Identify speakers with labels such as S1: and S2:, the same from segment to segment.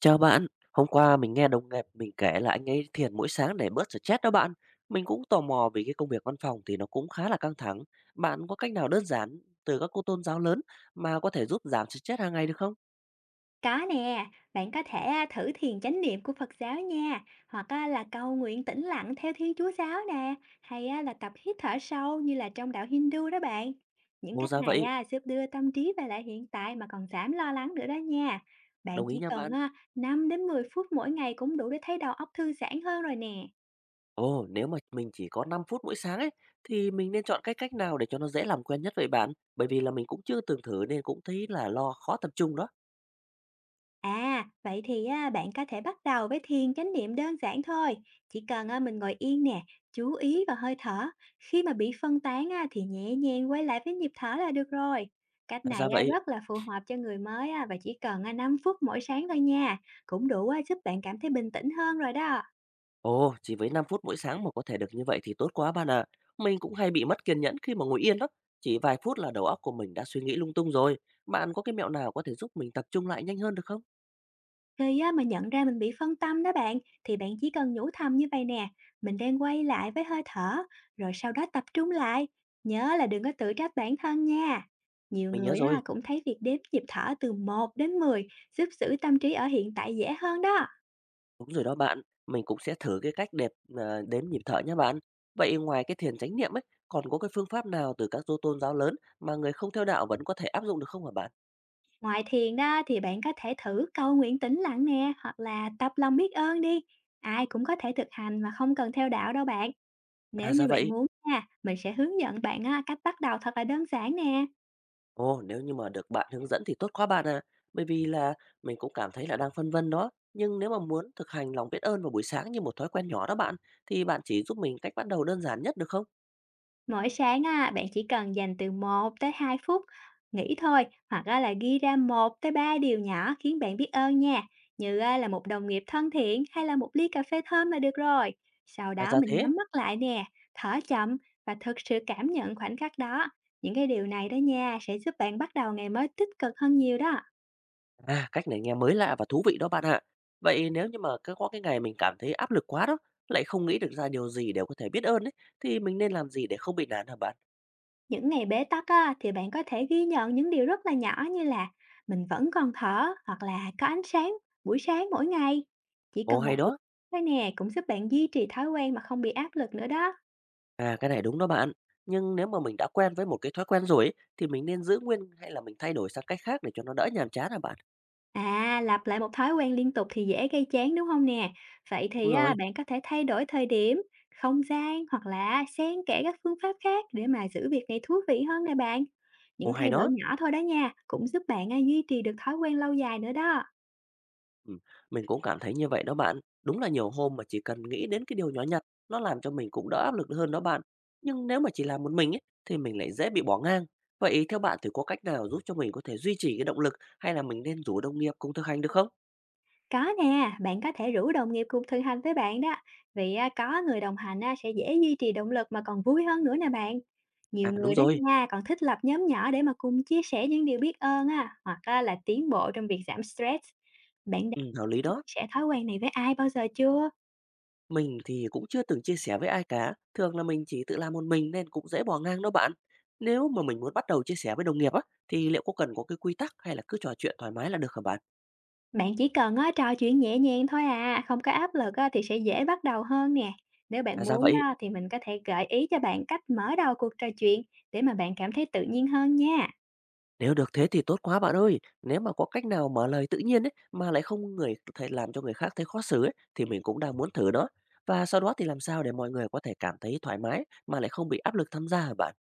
S1: Chào bạn, hôm qua mình nghe đồng nghiệp mình kể là anh ấy thiền mỗi sáng để bớt stress đó bạn. Mình cũng tò mò vì cái công việc văn phòng thì nó cũng khá là căng thẳng. Bạn có cách nào đơn giản từ các cô tôn giáo lớn mà có thể giúp giảm stress hàng ngày được không?
S2: Có nè, bạn có thể thử thiền chánh niệm của Phật giáo nha, hoặc là cầu nguyện tĩnh lặng theo Thiên Chúa giáo nè, hay là tập hít thở sâu như là trong đạo Hindu đó bạn. Những
S1: Ồ
S2: cách
S1: ra
S2: này
S1: vậy,
S2: giúp đưa tâm trí về lại hiện tại mà còn giảm lo lắng nữa đó nha. Bạn
S1: đồng ý
S2: chỉ
S1: nha
S2: cần
S1: bạn.
S2: 5 đến 10 phút mỗi ngày cũng đủ để thấy đầu óc thư giãn hơn rồi nè.
S1: Ồ, nếu mà mình chỉ có 5 phút mỗi sáng ấy thì mình nên chọn cái cách nào để cho nó dễ làm quen nhất vậy bạn? Bởi vì là mình cũng chưa từng thử nên cũng thấy là lo khó tập trung đó.
S2: À, vậy thì bạn có thể bắt đầu với thiền chánh niệm đơn giản thôi. Chỉ cần mình ngồi yên nè, chú ý vào hơi thở. Khi mà bị phân tán thì nhẹ nhàng quay lại với nhịp thở là được rồi. Cách
S1: À,
S2: này
S1: ra vậy.
S2: rất là phù hợp cho người mới và chỉ cần 5 phút mỗi sáng thôi nha. Cũng đủ giúp bạn cảm thấy bình tĩnh hơn rồi đó.
S1: Ồ, chỉ với 5 phút mỗi sáng mà có thể được như vậy thì tốt quá bạn ạ. Mình cũng hay bị mất kiên nhẫn khi mà ngồi yên lắm. Chỉ vài phút là đầu óc của mình đã suy nghĩ lung tung rồi. Bạn có cái mẹo nào có thể giúp mình tập trung lại nhanh hơn được không?
S2: Khi mà nhận ra mình bị phân tâm đó bạn, thì bạn chỉ cần nhủ thầm như vậy nè, mình đang quay lại với hơi thở, rồi sau đó tập trung lại. Nhớ là đừng có tự trách bản thân nha. Nhiều
S1: Mình nhớ
S2: người
S1: rồi,
S2: cũng thấy việc đếm nhịp thở từ 1 đến 10 giúp giữ tâm trí ở hiện tại dễ hơn đó.
S1: đúng rồi đó bạn. Mình cũng sẽ thử cái cách đẹp đếm nhịp thở nha bạn. Vậy ngoài cái thiền chánh niệm ấy, còn có cái phương pháp nào từ các tôn giáo lớn mà người không theo đạo vẫn có thể áp dụng được không hả bạn?
S2: Ngoài thiền đó thì bạn có thể thử cầu nguyện tĩnh lặng nè, hoặc là tập lòng biết ơn đi. Ai cũng có thể thực hành mà không cần theo đạo đâu bạn. Nếu
S1: À
S2: như
S1: ra
S2: bạn
S1: vậy.
S2: muốn nha, mình sẽ hướng dẫn bạn cách bắt đầu thật là đơn giản nè.
S1: Ồ, nếu như mà được bạn hướng dẫn thì tốt quá bạn à. Bởi vì là mình cũng cảm thấy là đang phân vân đó. Nhưng nếu mà muốn thực hành lòng biết ơn vào buổi sáng như một thói quen nhỏ đó bạn, thì bạn chỉ giúp mình cách bắt đầu đơn giản nhất được không?
S2: Mỗi sáng bạn chỉ cần dành từ 1 tới 2 phút nghỉ thôi, hoặc là ghi ra 1 tới 3 điều nhỏ khiến bạn biết ơn nha, như là một đồng nghiệp thân thiện hay là một ly cà phê thơm là được rồi. Sau
S1: À
S2: đó
S1: ra
S2: mình
S1: thế.
S2: nhắm mắt lại nè, thở chậm và thực sự cảm nhận khoảnh khắc đó. Những cái điều này đó nha sẽ giúp bạn bắt đầu ngày mới tích cực hơn nhiều đó.
S1: À, cách này nghe mới lạ và thú vị đó bạn ạ. Vậy nếu như mà cứ có cái ngày mình cảm thấy áp lực quá đó, lại không nghĩ được ra điều gì đều có thể biết ơn ấy, thì mình nên làm gì để không bị nản hả bạn?
S2: Những ngày bế tắc thì bạn có thể ghi nhận những điều rất là nhỏ như là mình vẫn còn thở hoặc là có ánh sáng buổi sáng mỗi ngày. Chỉ
S1: Ồ
S2: cần một
S1: hay
S2: điều
S1: đó.
S2: thôi nè cũng giúp bạn duy trì thói quen mà không bị áp lực nữa đó.
S1: À, cái này đúng đó bạn. Nhưng nếu mà mình đã quen với một cái thói quen rồi ấy, thì mình nên giữ nguyên hay là mình thay đổi sang cách khác để cho nó đỡ nhàm chán hả bạn?
S2: À, lặp lại một thói quen liên tục thì dễ gây chán đúng không nè? Vậy thì
S1: Đúng rồi.
S2: bạn có thể thay đổi thời điểm, không gian hoặc là xen kẽ các phương pháp khác để mà giữ việc này thú vị hơn nè bạn. Những
S1: Ồ,
S2: thay
S1: hay
S2: đổi
S1: đó.
S2: nhỏ thôi đó nha, cũng giúp bạn duy trì được thói quen lâu dài nữa đó.
S1: Ừm, mình cũng cảm thấy như vậy đó bạn. Đúng là nhiều hôm mà chỉ cần nghĩ đến cái điều nhỏ nhặt, nó làm cho mình cũng đỡ áp lực hơn đó bạn. Nhưng nếu mà chỉ làm một mình ấy, thì mình lại dễ bị bỏ ngang. Vậy theo bạn thì có cách nào giúp cho mình có thể duy trì cái động lực hay là mình nên rủ đồng nghiệp cùng thực hành được không?
S2: Có nè, bạn có thể rủ đồng nghiệp cùng thực hành với bạn đó, vì có người đồng hành sẽ dễ duy trì động lực mà còn vui hơn nữa nè bạn. Nhiều
S1: À đúng
S2: người đó
S1: rồi,
S2: nha, còn thích lập nhóm nhỏ để mà cùng chia sẻ những điều biết ơn hoặc là tiến bộ trong việc giảm stress. Bạn đã
S1: ừ, hợp lý đó.
S2: chia sẻ thói quen này với ai bao giờ chưa?
S1: Mình thì cũng chưa từng chia sẻ với ai cả. Thường là mình chỉ tự làm một mình nên cũng dễ bỏ ngang đó bạn. Nếu mà mình muốn bắt đầu chia sẻ với đồng nghiệp á, thì liệu có cần có cái quy tắc hay là cứ trò chuyện thoải mái là được hả bạn?
S2: Bạn chỉ cần trò chuyện nhẹ nhàng thôi không có áp lực thì sẽ dễ bắt đầu hơn nè. Nếu bạn
S1: À ra
S2: muốn
S1: vậy.
S2: thì mình có thể gợi ý cho bạn cách mở đầu cuộc trò chuyện để mà bạn cảm thấy tự nhiên hơn nha.
S1: Nếu được thế thì tốt quá bạn ơi. Nếu mà có cách nào mở lời tự nhiên ấy mà lại không người thấy làm cho người khác thấy khó xử ấy, thì mình cũng đang muốn thử đó. Và sau đó thì làm sao để mọi người có thể cảm thấy thoải mái mà lại không bị áp lực tham gia hả bạn?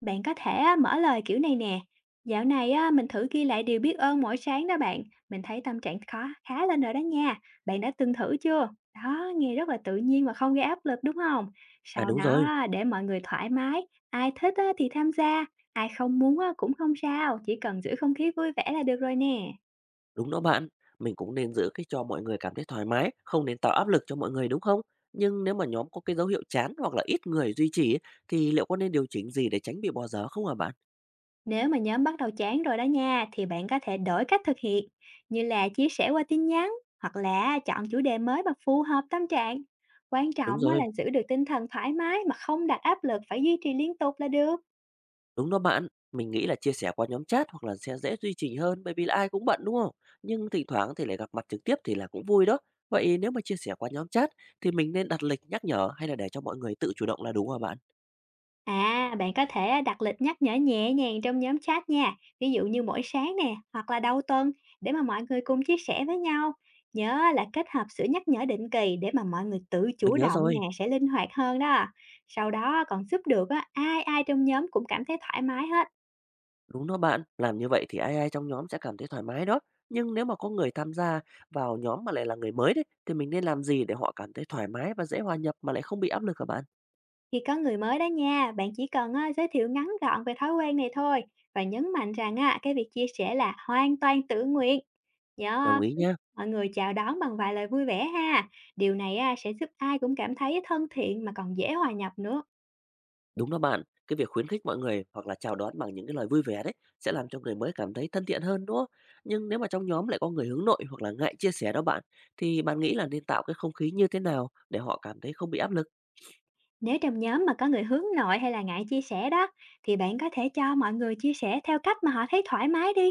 S2: Bạn có thể mở lời kiểu này nè. Dạo này mình thử ghi lại điều biết ơn mỗi sáng đó bạn. Mình thấy tâm trạng khó khá lên rồi đó nha. Bạn đã từng thử chưa? Đó, nghe rất là tự nhiên và không gây áp lực đúng không?
S1: À
S2: Sau
S1: đúng
S2: đó
S1: rồi,
S2: để mọi người thoải mái, ai thích thì tham gia, ai không muốn cũng không sao, chỉ cần giữ không khí vui vẻ là được rồi nè.
S1: đúng đó bạn. Mình cũng nên giữ cái cho mọi người cảm thấy thoải mái, không nên tạo áp lực cho mọi người đúng không? Nhưng nếu mà nhóm có cái dấu hiệu chán hoặc là ít người duy trì ấy, thì liệu có nên điều chỉnh gì để tránh bị bỏ dở không hả bạn?
S2: Nếu mà nhóm bắt đầu chán rồi đó nha, thì bạn có thể đổi cách thực hiện, như là chia sẻ qua tin nhắn hoặc là chọn chủ đề mới mà phù hợp tâm trạng. Quan
S1: Đúng
S2: trọng á là
S1: rồi.
S2: giữ được tinh thần thoải mái mà không đặt áp lực phải duy trì liên tục là được.
S1: Đúng đó bạn, mình nghĩ là chia sẻ qua nhóm chat hoặc là sẽ dễ duy trì hơn bởi vì là ai cũng bận đúng không? Nhưng thỉnh thoảng thì lại gặp mặt trực tiếp thì là cũng vui đó. Vậy nếu mà chia sẻ qua nhóm chat thì mình nên đặt lịch nhắc nhở hay là để cho mọi người tự chủ động là đúng hả bạn?
S2: À, bạn có thể đặt lịch nhắc nhở nhẹ nhàng trong nhóm chat nha, ví dụ như mỗi sáng nè, hoặc là đầu tuần để mà mọi người cùng chia sẻ với nhau. Nhớ là kết hợp sự nhắc nhở định kỳ để mà mọi người tự
S1: Mình
S2: chủ
S1: nhớ
S2: động
S1: rồi,
S2: nè, sẽ linh hoạt hơn đó. Sau đó còn giúp được ai ai trong nhóm cũng cảm thấy thoải mái hết.
S1: đúng đó bạn, làm như vậy thì ai ai trong nhóm sẽ cảm thấy thoải mái đó. Nhưng nếu mà có người tham gia vào nhóm mà lại là người mới đấy thì mình nên làm gì để họ cảm thấy thoải mái và dễ hòa nhập mà lại không bị áp lực hả bạn?
S2: Khi có người mới đó nha, bạn chỉ cần giới thiệu ngắn gọn về thói quen này thôi và nhấn mạnh rằng cái việc chia sẻ là hoàn toàn tự nguyện. Nhớ
S1: Đồng ý
S2: khuyến
S1: nhá.
S2: khích mọi người chào đón bằng vài lời vui vẻ ha. Điều này sẽ giúp ai cũng cảm thấy thân thiện mà còn dễ hòa nhập nữa.
S1: Đúng đó bạn, cái việc khuyến khích mọi người hoặc là chào đón bằng những cái lời vui vẻ đấy sẽ làm cho người mới cảm thấy thân thiện hơn đúng không? Nhưng nếu mà trong nhóm lại có người hướng nội hoặc là ngại chia sẻ đó bạn, thì bạn nghĩ là nên tạo cái không khí như thế nào để họ cảm thấy không bị áp lực
S2: Nếu trong nhóm mà có người hướng nội hay là ngại chia sẻ đó, thì bạn có thể cho mọi người chia sẻ theo cách mà họ thấy thoải mái đi.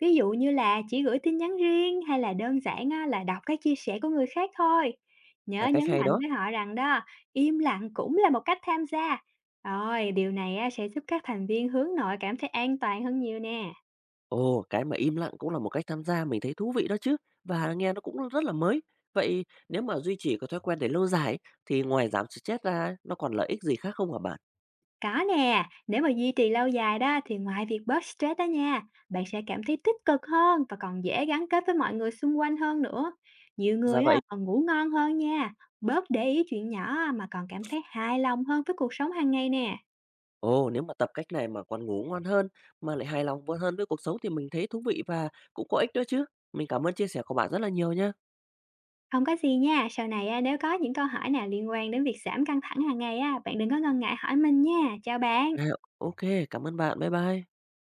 S2: Ví dụ như là chỉ gửi tin nhắn riêng hay là đơn giản là đọc cái chia sẻ của người khác thôi. Nhớ
S1: là cách
S2: nhấn
S1: hay
S2: mạnh
S1: đó.
S2: với họ rằng đó, im lặng cũng là một cách tham gia. Rồi, điều này sẽ giúp các thành viên hướng nội cảm thấy an toàn hơn nhiều nè.
S1: Ồ, cái mà im lặng cũng là một cách tham gia mình thấy thú vị đó chứ và nghe nó cũng rất là mới. Vậy nếu mà duy trì cái thói quen để lâu dài ấy, thì ngoài giảm stress ra nó còn lợi ích gì khác không hả bạn?
S2: Có nè, nếu mà duy trì lâu dài đó thì ngoài việc bớt stress đó nha, bạn sẽ cảm thấy tích cực hơn và còn dễ gắn kết với mọi người xung quanh hơn nữa. Nhiều người
S1: Dạ vậy.
S2: còn ngủ ngon hơn nha, bớt để ý chuyện nhỏ mà còn cảm thấy hài lòng hơn với cuộc sống hàng ngày nè.
S1: Ồ, nếu mà tập cách này mà còn ngủ ngon hơn, mà lại hài lòng hơn với cuộc sống thì mình thấy thú vị và cũng có ích nữa chứ. Mình cảm ơn chia sẻ của bạn rất là nhiều nhá.
S2: Không có gì nha, sau này nếu có những câu hỏi nào liên quan đến việc giảm căng thẳng hàng ngày bạn đừng có ngần ngại hỏi mình nha. Chào bạn.
S1: À, ok, cảm ơn bạn. Bye bye.